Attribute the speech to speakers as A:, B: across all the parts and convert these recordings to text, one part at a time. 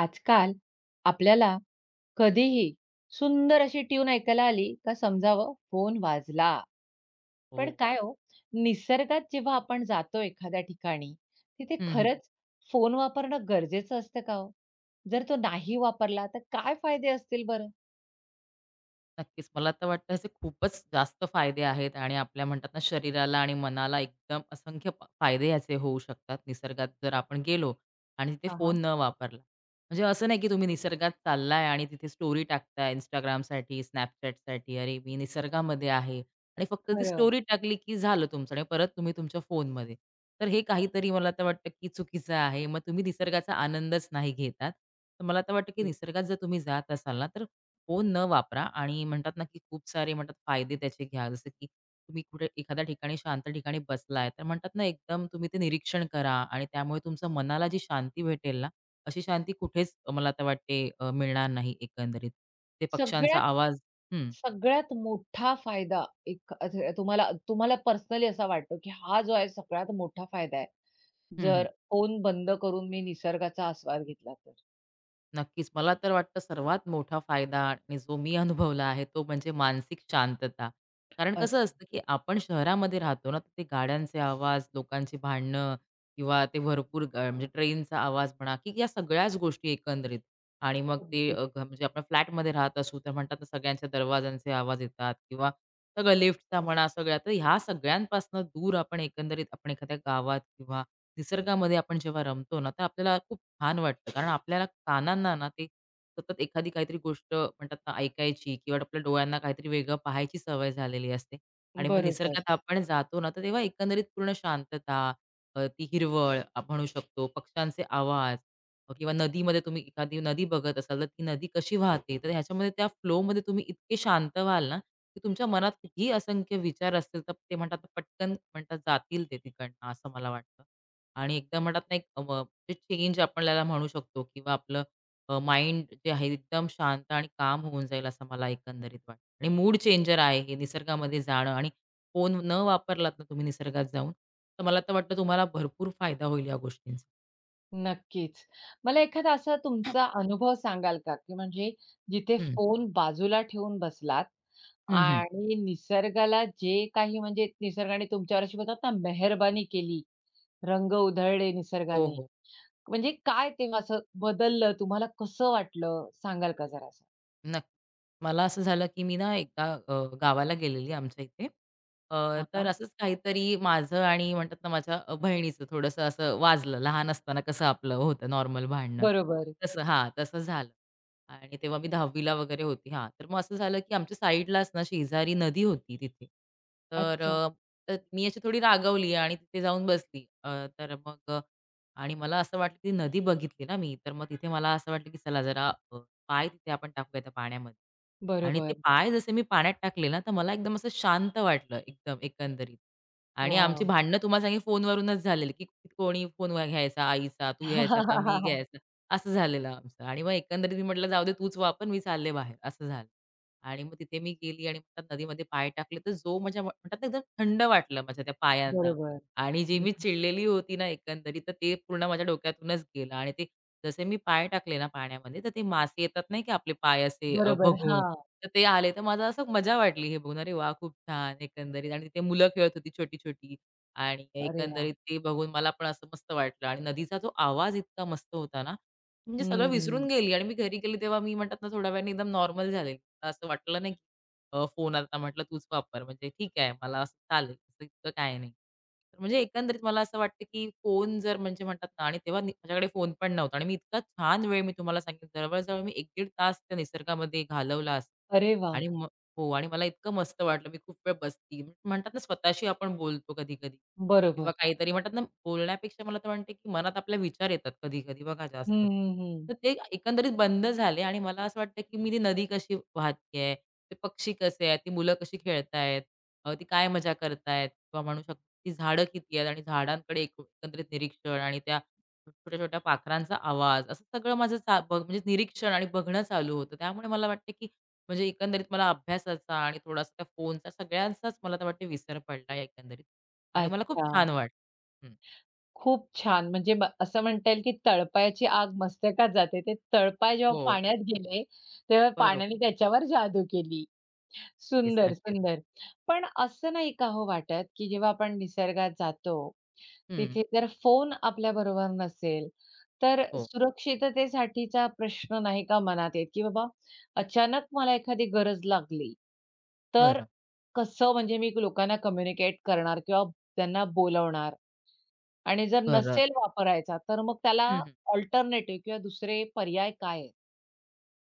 A: आजकाल आपल्याला कधीही सुंदर अशी ट्यून ऐकायला आली का समजावं फोन वाजला.
B: हो.
A: पण काय हो, निसर्गात जेव्हा आपण जातो एखाद्या ठिकाणी, तिथे
B: हं, हं.
A: खरंच फोन वापरणं गरजेचं असतं का हो? जर तो नाही वापरला तर काय फायदे असतील बरं?
B: नक्कीच. मला तर वाटतं असे खूपच जास्त फायदे आहेत आणि आपल्या म्हणतात ना शरीराला आणि मनाला एकदम असंख्य फायदे याचे होऊ शकतात निसर्गात जर आपण गेलो आणि तिथे
A: हां,
B: फोन
A: हां.
B: न वापरला. म्हणजे असं नाही की तुम्ही निसर्गात चाललाय आणि तिथे स्टोरी टाकताय Instagramसाठी, Snapchatसाठी. अरे, मी निसर्गामध्ये आहे आणि फक्त ती
A: खरं.
B: स्टोरी टाकली की झालं तुमचं आणि परत तुम्ही तुमच्या फोनमध्ये. तर हे काहीतरी मला तर वाटतं की चुकीचं आहे. मग तुम्ही निसर्गाचा आनंदच नाही घेतात. तर मला तर वाटतं की निसर्गात जर तुम्ही जात असाल ना तर फोन न वापरा आणि म्हणतात ना, की खूप सारे म्हणतात फायदे त्याचे घ्या. जसं की तुम्ही कुठे एखाद्या ठिकाणी शांत ठिकाणी बसलाय, तर म्हणतात ना, एकदम तुम्ही ते निरीक्षण करा आणि त्यामुळे तुमच्या मनाला जी शांती भेटेल ना, अशी शांती कुठेच मला तर वाटते मिळणार नाही एकंदरीत. ते पक्ष्यांचा
A: सगळ्यात
B: आवाज हं,
A: सगळ्यात मोठा फायदा एक तुम्हाला तुम्हाला पर्सनली असा वाटतो, की हा जो आहे सगळ्यात मोठा फायदा आहे,
B: हं, हं.
A: जर फोन बंद करून मी निसर्गाचा आस्वाद घेतला.
B: नक्कीच. मला तर वाटतं सर्वात मोठा फायदा आणि जो मी अनुभवला आहे तो म्हणजे मानसिक शांतता. कारण
A: अरे,
B: कसं असतं, की आपण शहरामध्ये राहतो ना, तर ते गाड्यांचे आवाज, लोकांची भांडणं किंवा ते भरपूर म्हणजे ट्रेनचा आवाज म्हणा, की या सगळ्याच गोष्टी एकंदरीत. आणि मग ते
A: अगदी.
B: म्हणजे आपण फ्लॅटमध्ये राहत असू तर म्हणतात ना सगळ्यांच्या दरवाजांचे आवाज येतात किंवा सगळं लिफ्टचा म्हणा सगळ्या. तर ह्या सगळ्यांपासून दूर आपण एकंदरीत आपण एखाद्या गावात किंवा निसर्गामध्ये आपण जेव्हा रमतो ना, तर आपल्याला खूप छान वाटतं. कारण आपल्याला कानांना ना, ते सतत एखादी काहीतरी गोष्ट म्हणतात ना, ऐकायची किंवा आपल्या डोळ्यांना काहीतरी वेगळं पाहायची सवय झालेली असते. आणि मग
A: बरोबर.
B: निसर्गात आपण जातो ना, तर तेव्हा एकंदरीत पूर्ण शांतता, ती हिरवळ आपण म्हणू शकतो, पक्ष्यांचे आवाज किंवा नदीमध्ये तुम्ही एखादी नदी बघत असाल, तर ती नदी कशी वाहते, तर ह्याच्यामध्ये त्या फ्लोमध्ये तुम्ही इतके शांत व्हाल ना, की तुमच्या मनात कितीही असंख्य विचार असतील, तर ते म्हणतात ना, पटकन म्हणतात जातील ते तिकडनं, असं मला वाटतं. आणि एकदम म्हणतात ना, एक जे चेंज आपण त्याला म्हणू शकतो किंवा आपलं माइंड जे आहे एकदम शांत आणि काम होऊन जाईल असं मला एकंदरीत वाटतं आणि मूड चेंजर आहे हे निसर्गामध्ये जाणं आणि फोन न वापरलात ना तुम्ही निसर्गात जाऊन, तर मला तर वाटतं तुम्हाला भरपूर फायदा होईल या गोष्टींचा.
A: नक्कीच. मला एखादा असा तुमचा अनुभव सांगाल का, की म्हणजे जिथे
B: हं.
A: फोन बाजूला ठेवून बसलात
B: हं, हं.
A: आणि निसर्गाला जे काही म्हणजे निसर्गाने तुमच्यावर अशी म्हणतात ना, मेहरबानी केली, रंग उधळले
B: हो,
A: निसर्गाने.
B: हो.
A: म्हणजे काय तेव्हा असं बदललं, तुम्हाला कसं वाटलं? सांगाल का जरासं?
B: नक्की. मला असं झालं, की मी ना एकदा गावाला गेलेली आमच्या इथे.
A: हां,
B: तर
A: हां.
B: असंच काहीतरी माझं आणि म्हणतात ना माझ्या बहिणीचं थोडंसं असं वाजलं. लहान असताना कसं आपलं होतं नॉर्मल भांडणं,
A: बरोबर.
B: तसं हां, तसं झालं. आणि तेव्हा मी 10वी वगैरे होती. हां, तर मग असं झालं, की आमच्या साईडलाच ना शेजारी नदी होती तिथे. तर
A: अच्छा.
B: अ, तर मी अशी थोडी रागावली आणि तिथे जाऊन बसली. तर मग आणि मला असं वाटलं, ती नदी बघितली ना मी, तर मग तिथे मला असं वाटलं, की चला जरा पाय तिथे आपण टाकूया त्या पाण्यामध्ये. आणि ते
A: बरोबर.
B: पाय जसे मी पाण्यात टाकले ना, तर मला एकदम असं शांत वाटलं एकदम एकंदरीत. आणि आमची
A: वॉव!
B: भांडणं तुम्हाला सांगेन फोनवरूनच झालेली, की कोणी फोन घ्यायचा आईचा, तू घ्यायचा का मी घ्यायचा, असं झालेलं आमचं. आणि मग एकंदरीत मी म्हटलं जाऊ दे तूच वापर, मी चालले बाहेर असं झालं. आणि मग तिथे मी गेली आणि म्हणतात नदीमध्ये पाय टाकले, तर जो माझ्या म्हणतात ना एकदम थंड वाटलं माझ्या त्या पायांना.
A: बरोबर.
B: आणि जी
A: हं.
B: मी चिडलेली होती ना एकंदरीत, तर ते पूर्ण माझ्या डोक्यातूनच गेलं आणि ते जसे मी पाय टाकले ना पाण्यामध्ये, तर ते मासे येतात नाही की आपले पाय असे
A: बरोबर.
B: बघून,
A: हां.
B: तर ते आले. तर मला असं मजा वाटली हे बघून. अरे वाह! खूप छान एकंदरीत आणि तिथे मुलं खेळत होती छोटी-छोटी आणि
A: अरे वाह!
B: एकंदरीत ते बघून मला पण असं मस्त वाटलं आणि नदीचा जो आवाज इतका मस्त होता ना, म्हणजे सगळं विसरून
A: हं.
B: गेली आणि मी घरी गेली तेव्हा मी म्हणतात ना, थोड्या वेळाने एकदम नॉर्मल झाले. असं वाटलं नाही फोन आता म्हटलं तूच वापर म्हणजे ठीक आहे मला असं चालेल, असं इतकं काही नाही. तर म्हणजे एकंदरीत मला असं वाटतं, की फोन जर म्हणजे म्हणतात ना आणि तेव्हा माझ्याकडे फोन पण नव्हता आणि मी इतका छान वेळ मी तुम्हाला सांगेन जवळ मी 1-1.5 तास त्या निसर्गामध्ये घालवला असेल.
A: अरे वाह!
B: आणि मग हो आणि मला इतकं मस्त वाटलं. मी खूप वेळ बसली म्हणतात ना स्वतःशी आपण बोलतो कधी-कधी. किंवा
A: बरोबर.
B: काहीतरी म्हणतात ना, बोलण्यापेक्षा मला तर वाटते, की मनात आपल्या विचार येतात कधी-कधी बघा
A: हं,
B: जास्त.
A: हं, हं.
B: तर ते एकंदरीत बंद झाले आणि मला असं वाटतं, की मी ती नदी कशी वाहतीये, ते पक्षी कसे आहेत, ती मुलं कशी खेळतायत, ती काय मजा करतायत किंवा म्हणू शकतो, ती झाडं किती आहेत आणि झाडांकडे एक एकंदरीत निरीक्षण आणि त्या छोट्या-छोट्या पाखरांचा आवाज असं सगळं माझं चा बघ म्हणजे निरीक्षण आणि बघणं चालू होतं. त्यामुळे मला वाटतं, की म्हणजे एकंदरीत मला अभ्यासाचा आणि थोडासा त्या फोनचा सगळ्यांचाच मला तर वाटते विसर पडला एकंदरीत. आणि मला खूप
A: अच्छा.
B: छान वाटलं. हं.
A: खूप छान. म्हणजे असं म्हणता येईल की तळपायाची आग मस्तकात जाते. ते तळपाय जेव्हा
B: हो.
A: पाण्यात गेले, तेव्हा
B: बरोबर.
A: पाण्याने त्याच्यावर जादू केली.
B: नक्कीच,
A: सुंदर,
B: नक्कीच.
A: सुंदर. पण असं नाही का हो वाटत, की जेव्हा आपण निसर्गात जातो,
B: हं.
A: तिथे जर फोन आपल्याबरोबर नसेल, तर
B: हो.
A: सुरक्षिततेसाठीचा प्रश्न नाही का मनात येत, की बाबा अचानक मला एखादी गरज लागली, तर
B: बरं,
A: कसं म्हणजे मी लोकांना कम्युनिकेट करणार किंवा त्यांना बोलवणार आणि जर
B: बरं.
A: नसेल वापरायचा, तर मग त्याला
B: हं, हं.
A: अल्टरनेटिव्ह किंवा दुसरे पर्याय काय आहेत?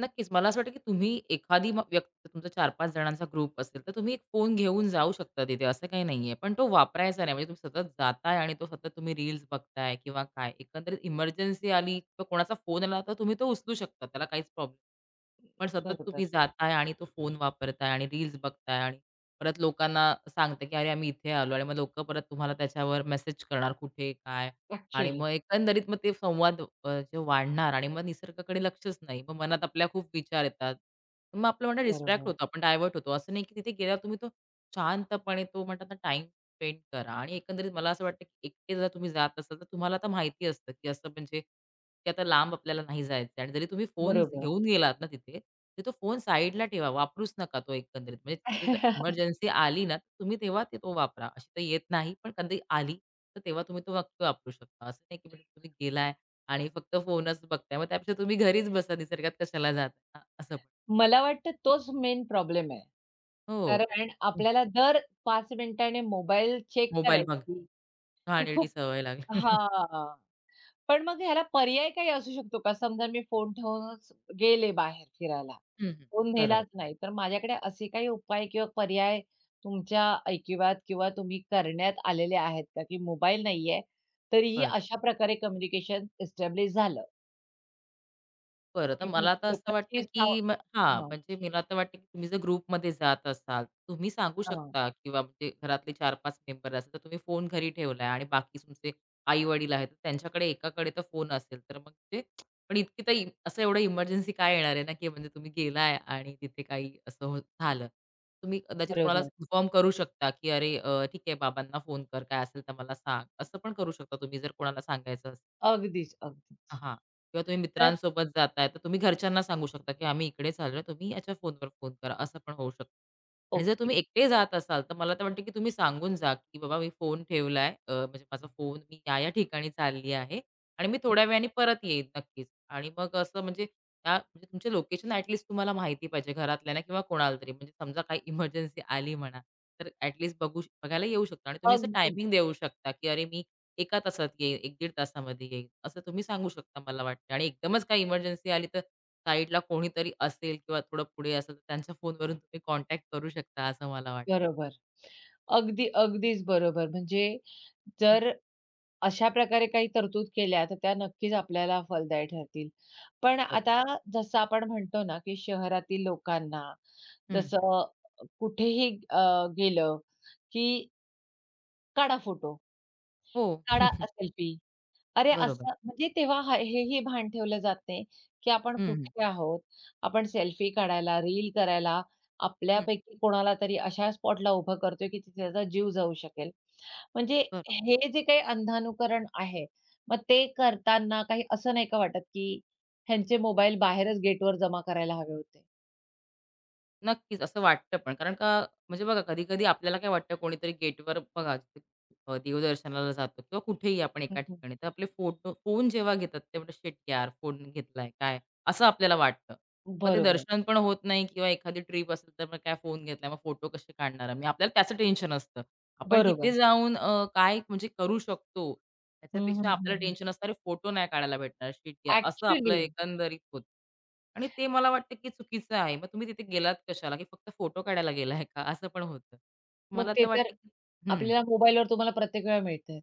B: नक्कीच. मला असं वाटतं, की तुम्ही एखादी व्यक्ती तुमचा चार 5 जणांचा ग्रुप असेल, तर तुम्ही एक फोन घेऊन जाऊ शकता तिथे, असं काही नाहीये. पण तो वापरायचा नाही. म्हणजे तुम्ही सतत जाताय आणि तो सतत तुम्ही रील्स बघताय किंवा काय. एकंदरीत इमर्जन्सी आली किंवा कोणाचा फोन आला, तर तुम्ही तो उचलू शकता. त्याला काहीच प्रॉब्लेम पण सतत
A: बरोबर.
B: तुम्ही जाताय आणि तो फोन वापरताय आणि रील्स बघताय आणि परत लोकांना सांगता, की "अरे, आम्ही इथे आलो" आणि मग लोकं परत तुम्हाला त्याच्यावर मेसेज करणार, कुठे, काय आणि
A: ॲक्चुअली.
B: मग एकंदरीत मग ते संवाद जे वाढणार आणि मग निसर्गाकडे लक्षच नाही. मग मनात आपल्या खूप विचार येतात. मग आपलं म्हणणं डिस्ट्रॅक्ट
A: बरोबर.
B: होतो, आपण डायव्हर्ट होतो. असं नाही की तिथे गेल्यावर तुम्ही तो शांतपणे तो म्हणतात ना टाईम स्पेंड करा आणि एकंदरीत मला असं वाटतं की एकटे जर तुम्ही जात असाल तर तुम्हाला आता माहिती असतं की असं म्हणजे की आता लांब आपल्याला नाही जायचं आहे आणि जरी तुम्ही फोन
A: बरोबर.
B: घेऊन गेलात ना तिथे, तर तो फोन साईडला ठेवा, वापरूच नका तो एकंदरीत. म्हणजे जर इमर्जन्सी आली ना, तुम्ही तेव्हा ते तो वापरा. अशी तर येत नाही, पण कधी आली, तर तेव्हा तुम्ही तो नक्की वापरू शकता. असं नाही की म्हणजे तुम्ही गेलाय आणि फक्त फोनच बघताय. मग त्यापेक्षा तुम्ही घरीच बसा, निसर्गात कशाला जाता? असं पण.
A: मला वाटतं तोच मेन प्रॉब्लेम आहे.
B: हो.
A: कारण आपल्याला दर 5 मिनिटाने मोबाईल चेक
B: मोबाईल बघा.
A: करायची ही
B: घाणेरडी
A: खूप
B: सवय लागली.
A: हां. पण मग ह्याला पर्याय काही असू शकतो का? समजा मी फोन ठेवूनच गेले बाहेर फिरायला.
B: हं, हं.
A: तो
B: बरोबर.
A: नेलाच नाही. तर माझ्याकडे असे काही उपाय किंवा पर्याय तुमच्या ऐकिवात किंवा तुम्ही करण्यात आलेले आहेत का? की मोबाईल नाहीये, तरीही
B: बरं.
A: अशा प्रकारे कम्युनिकेशन एस्टॅब्लिश झालं,
B: बरं, तर
A: की मग
B: मला तर असं वाटतं,
A: लोकांची
B: की
A: साव
B: म हां,
A: हां,
B: म्हणजे मला तर वाटतं, की तुम्ही जर ग्रुपमध्ये जात असाल, तुम्ही सांगू
A: हां.
B: शकता किंवा म्हणजे घरातले 4-5 मेंबर असेल, तर तुम्ही फोन घरी ठेवलाय आणि बाकी तुमचे आई-वडील आहेत, तर त्यांच्याकडे एकाकडे तर फोन असेल, तर मग ते पण इतकी तर असं एवढं इमर्जन्सी काय येणार आहे ना, की म्हणजे तुम्ही गेलाय आणि तिथे काही असं हो झालं. तुम्ही कदाचित कोणाला
A: बरोबर.
B: इन्फॉर्म करू शकता, की "अरे, ठीक आहे, बाबांना फोन कर, काय असेल तर मला सांग." असं पण करू शकता तुम्ही जर कोणाला सांगायचं
A: अगदीच, अगदी.
B: हां. किंवा तुम्ही
A: तर
B: मित्रांसोबत जाताय, तर तुम्ही घरच्यांना सांगू शकता, की आम्ही इकडे चाललोय, तुम्ही याच्या फोनवर फोन करा, असं पण होऊ शकतं. आणि जर
A: ओके.
B: तुम्ही एकटे जात असाल, तर मला तर वाटतं, की तुम्ही सांगून जा, की बाबा मी फोन ठेवलाय, म्हणजे माझा फोन मी या, या ठिकाणी चालली आहे आणि मी थोड्या वेळाने परत येईन नक्कीच. आणि मग असं म्हणजे त्या म्हणजे तुमचे लोकेशन ॲट तुम्हाला माहिती पाहिजे घरातल्यांना किंवा कोणाला तरी. म्हणजे समजा काही इमर्जन्सी आली म्हणा, तर ॲट बघू बघायला येऊ शकता आणि तुम्ही असं
A: अगदी
B: टायमिंग देऊ शकता, की अरे मी एका तासात येईल, एक 15 तासामध्ये येईल, असं तुम्ही सांगू शकता मला वाटतं आणि एकदमच काही इमर्जन्सी आली तर साईडला कोणीतरी असेल किंवा थोडं पुढे असेल तर त्यांच्या फोनवरून तुम्ही कॉन्टॅक्ट करू शकता असं मला वाटतं.
A: बरोबर. अगदी, अगदीच बरोबर. म्हणजे
B: हं,
A: जर अशा प्रकारे काही तरतूद केल्या, तर त्या नक्कीच आपल्याला फलदायी ठरतील. पण
B: बरोबर.
A: आता जसं आपण म्हणतो ना, की शहरातील लोकांना
B: हं, हं.
A: जसं कुठेही गेलं, की काढा फोटो,
B: हो.
A: काढा सेल्फी. अरे,
B: बरोबर.
A: असं म्हणजे तेव्हा हेही भान ठेवलं जाते, की आपण
B: हं, हं.
A: कुठे आहोत? आपण सेल्फी काढायला, रील करायला,
B: हं.
A: आपल्यापैकी कोणाला तरी अशा स्पॉटला उभं करतोय, की तिथे त्याचा जीव जाऊ शकेल. म्हणजे
B: बरोबर.
A: हे जे काही अंधानुकरण आहे, मग ते करताना काही असं नाही का वाटत, की ह्यांचे मोबाईल बाहेरच गेटवर जमा करायला हवे होते?
B: नक्कीच, असं वाटतं पण. कारण का म्हणजे बघा कधी-कधी आपल्याला काय वाटतं कोणीतरी गेटवर बघा देवदर्शनाला जातो किंवा कुठेही आपण एका
A: हं,
B: ठिकाणी, तर आपले फोटो फोन जेव्हा घेतात ते म्हणतात, "शिट यार! फोन घेतलाय काय?" असं आपल्याला वाटतं. मग ते
A: बरोबर,
B: दर्शन पण होत नाही किंवा एखादी ट्रिप असेल तर मग काय फोन घेतलाय, मग फोटो कसे काढणार आम्ही? आपल्याला त्याचं टेन्शन असतं. आपण तिथे
A: बरोबर.
B: जाऊन काय म्हणजे करू शकतो
A: हं,
B: त्याच्यापेक्षा आपल्याला
A: हं,
B: टेन्शन असतं, "अरे फोटो नाही काढायला भेटणार. शिट यार." असं आपलं एकंदरीत होतं. आणि ते मला वाटतं की चुकीचं आहे. मग तुम्ही तिथे गेलात कशाला, की फक्त फोटो काढायला गेलाय का? असं पण होतं.
A: मग
B: मला
A: ते
B: तर
A: तर
B: वाटतं की हं.
A: आपल्याला मोबाईलवर तुम्हाला प्रत्येक वेळा मिळतंय.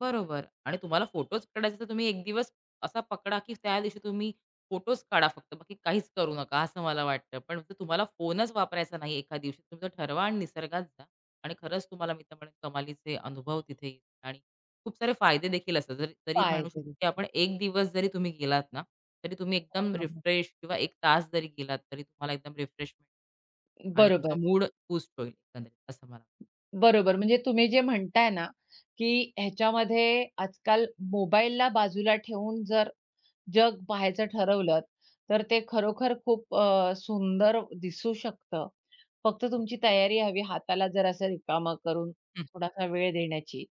B: बरोबर आणि तुम्हाला फोटोज काढायचे तर तुम्ही एक दिवस असा पकडा, की त्या दिवशी तुम्ही फोटोज काढा फक्त. बाकी काहीच करू नका असं मला वाटतं. पण जर तुम्हाला फोनच वापरायचा नाही एका दिवशी, तुम्ही ठरवा आणि निसर्गात जा आणि खरंच तुम्हाला मी तर म्हणेन कमालीचे अनुभव तिथे येतील आणि खूप सारे फायदे देखील असतात. जरी तरी
A: काय
B: म्हणू शकतो, की आपण एक दिवस जरी तुम्ही गेलात ना, तरी तुम्ही एकदम रिफ्रेश किंवा 1 तास जरी गेलात, तरी तुम्हाला एकदम रिफ्रेशमेंट आणि तुमचा
A: बरोबर,
B: मूड बूस्ट होईल एकंदरीत असं मला वाटतं.
A: बरोबर. म्हणजे तुम्ही जे म्हणताय ना, की ह्याच्यामध्ये आजकाल मोबाईलला बाजूला ठेवून जर जग पाहायचं ठरवलं, तर ते खरोखर खूप सुंदर दिसू शकतं. फक्त
B: हो.
A: तुमची तयारी हवी हाताला जरासं रिकामं करून
B: हं.
A: थोडासा वेळ देण्याची.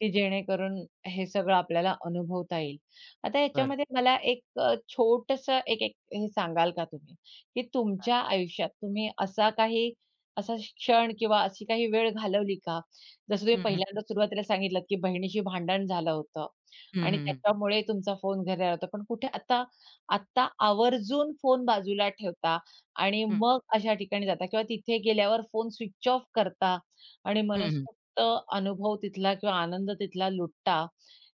A: की जेणेकरून हे सगळं आपल्याला अनुभवता येईल. आता
B: बरोबर
A: ह्याच्यामध्ये मला एक छोटंसं एक एक हे सांगाल का तुम्ही, की तुमच्या आयुष्यात तुम्ही असा क्षण किंवा अशी काही वेळ घालवली का? जसं तुम्ही
B: हं, हं.
A: पहिल्यांदा सुरुवातीला सांगितलंत, की बहिणीशी भांडण झालं होतं
B: हं,
A: आणि
B: हं, हं.
A: त्याच्यामुळे तुमचा फोन घरी आला होता. पण कुठे आता आत्ता आवर्जून फोन बाजूला ठेवता आणि
B: हं,
A: मग अशा ठिकाणी जाता किंवा तिथे गेल्यावर फोन स्विच ऑफ करता आणि
B: हं, हं.
A: मनसोक्त अनुभव तिथला किंवा आनंद तिथला लुटता.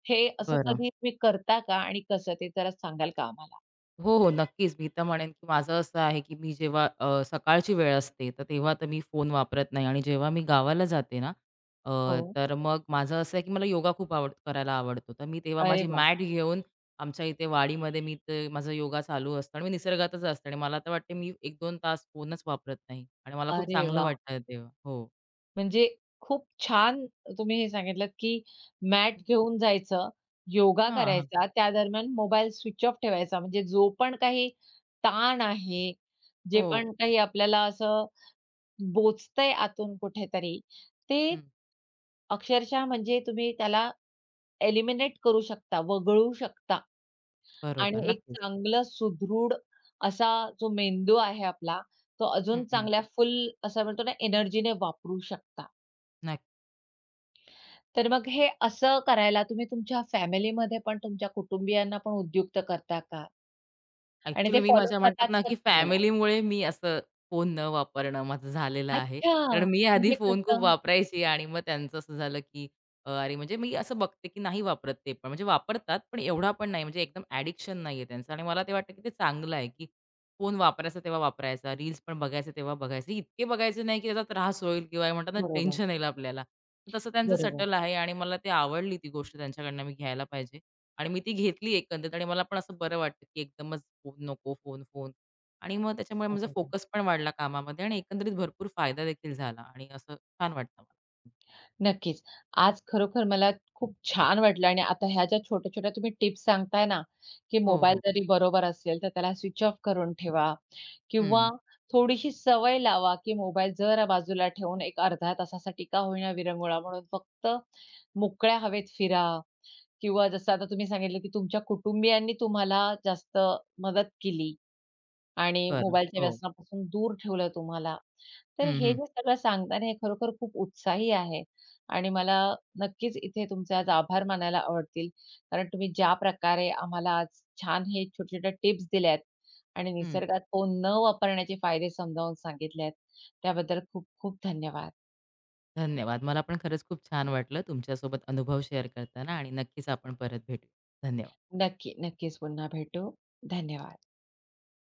A: हे असं
B: बरं.
A: कधी तुम्ही करता का आणि कसं ते जरा सांगाल का आम्हाला?
B: हो, हो. नक्कीच. मी तर म्हणेन, की माझं असं आहे, की मी जेव्हा सकाळची वेळ असते, तर तेव्हा तर मी फोन वापरत नाही आणि जेव्हा मी गावाला जाते ना, अ,
A: हो.
B: तर मग माझं असं आहे, की मला योगा खूप आवड करायला आवडतो. तर मी तेव्हा
A: अरे
B: माझी
A: वाह!
B: मॅट घेऊन आमच्या इथे वाडीमध्ये मी ते माझा योगा चालू असतो आणि मी निसर्गातच असते आणि मला तर वाटते मी 1-2 तास फोनच वापरत नाही आणि मला खूप
A: अरे
B: चांगलं
A: वाह!
B: वाटतं तेव्हा. हो.
A: म्हणजे खूप छान तुम्ही हे सांगितलत, की मॅट
B: हं.
A: घेऊन जायचं, योगा
B: हां, हां.
A: करायचा, त्या दरम्यान मोबाईल स्विच ऑफ ठेवायचा. म्हणजे जो पण काही ताण आहे, जे
B: हो.
A: पण काही आपल्याला असं बोचतंय आतून कुठेतरी, ते
B: हं.
A: अक्षरशः म्हणजे तुम्ही त्याला एलिमिनेट करू शकता, वगळू शकता
B: बरोबर.
A: आणि एक
B: नक्कीच.
A: चांगलं सुदृढ असा जो मेंदू आहे आपला, तो
B: हं,
A: अजून
B: हं.
A: चांगल्या फुल असं म्हणतो ना एनर्जीने वापरू शकता.
B: नक्की.
A: तर मग हे असं करायला तुम्ही तुमच्या फॅमिलीमध्ये पण तुमच्या कुटुंबियांना पण उद्युक्त करता का? आणि
B: ॲक्चुअली
A: ते
B: मी
A: फॉलो
B: माझ्या म्हणतात
A: करतात
B: ना,
A: का
B: की
A: तुम्हाला?
B: फॅमिलीमुळे मी असं फोन न वापरणं माझं झालेलं आहे.
A: अच्छा!
B: कारण मी आधी
A: म्हणजे
B: फोन खूप
A: कसं?
B: वापरायची आणि मग त्यांचं असं झालं, की अरे म्हणजे मी असं बघते, की नाही वापरत ते पण. म्हणजे वापरतात, पण एवढा पण नाही. म्हणजे एकदम ॲडिक्शन नाहीये त्यांचं आणि मला ते वाटतं, की ते चांगलं आहे, की फोन वापरायचा तेव्हा वापरायचा, रील्स पण बघायचे तेव्हा बघायचे. इतके बघायचे नाही, की त्याचा त्रास होईल किंवा हे म्हणतात ना
A: बरोबर,
B: टेन्शन येईल आपल्याला. तर तसं त्यांचं
A: बरोबर,
B: सटल आहे आणि मला ते आवडली ती गोष्ट त्यांच्याकडनं मी घ्यायला पाहिजे. आणि मी ती घेतली एकंदरीत आणि मला पण असं बरं वाटतं, की एकदमच फोन नको, फोन, फोन. आणि मग त्याच्यामुळे माझा
A: बरोबर.
B: फोकस पण वाढला कामामध्ये आणि एकंदरीत भरपूर फायदा देखील झाला आणि असं छान वाटतं मला.
A: नक्कीच. आज खरोखर मला खूप छान वाटलं आणि आता ह्या ज्या छोट्या-छोट्या तुम्ही टिप्स सांगताय ना, की
B: हो,
A: मोबाईल
B: हो.
A: जरी बरोबर असेल, तर त्याला स्विच ऑफ करून ठेवा किंवा
B: हं.
A: थोडीशी सवय लावा, की मोबाईल जरा बाजूला ठेवून एक अर्ध्या तासासाठी का होईना विरंगुळा म्हणून फक्त मोकळ्या हवेत फिरा किंवा जसं आता तुम्ही सांगितलं, की तुमच्या कुटुंबियांनी तुम्हाला जास्त मदत केली आणि
B: बरं.
A: मोबाईलच्या
B: हो.
A: व्यसनापासून दूर ठेवलं तुम्हाला. तर
B: हं,
A: हे
B: हं.
A: जे सगळं सांगताना हे खरोखर खूप उत्साही आहे आणि मला नक्कीच इथे तुमचे आज आभार मानायला आवडतील. कारण तुम्ही ज्या प्रकारे आम्हाला आज छान हे छोटे-छोटे टिप्स दिल्यात आणि
B: हं.
A: निसर्गात फोन न वापरण्याचे फायदे समजावून सांगितले आहेत. त्याबद्दल खूप खूप धन्यवाद.
B: धन्यवाद. मला पण खरंच खूप छान वाटलं तुमच्यासोबत अनुभव शेअर करताना आणि नक्कीच आपण परत भेटू. धन्यवाद.
A: नक्की, नक्कीच पुन्हा भेटू. धन्यवाद.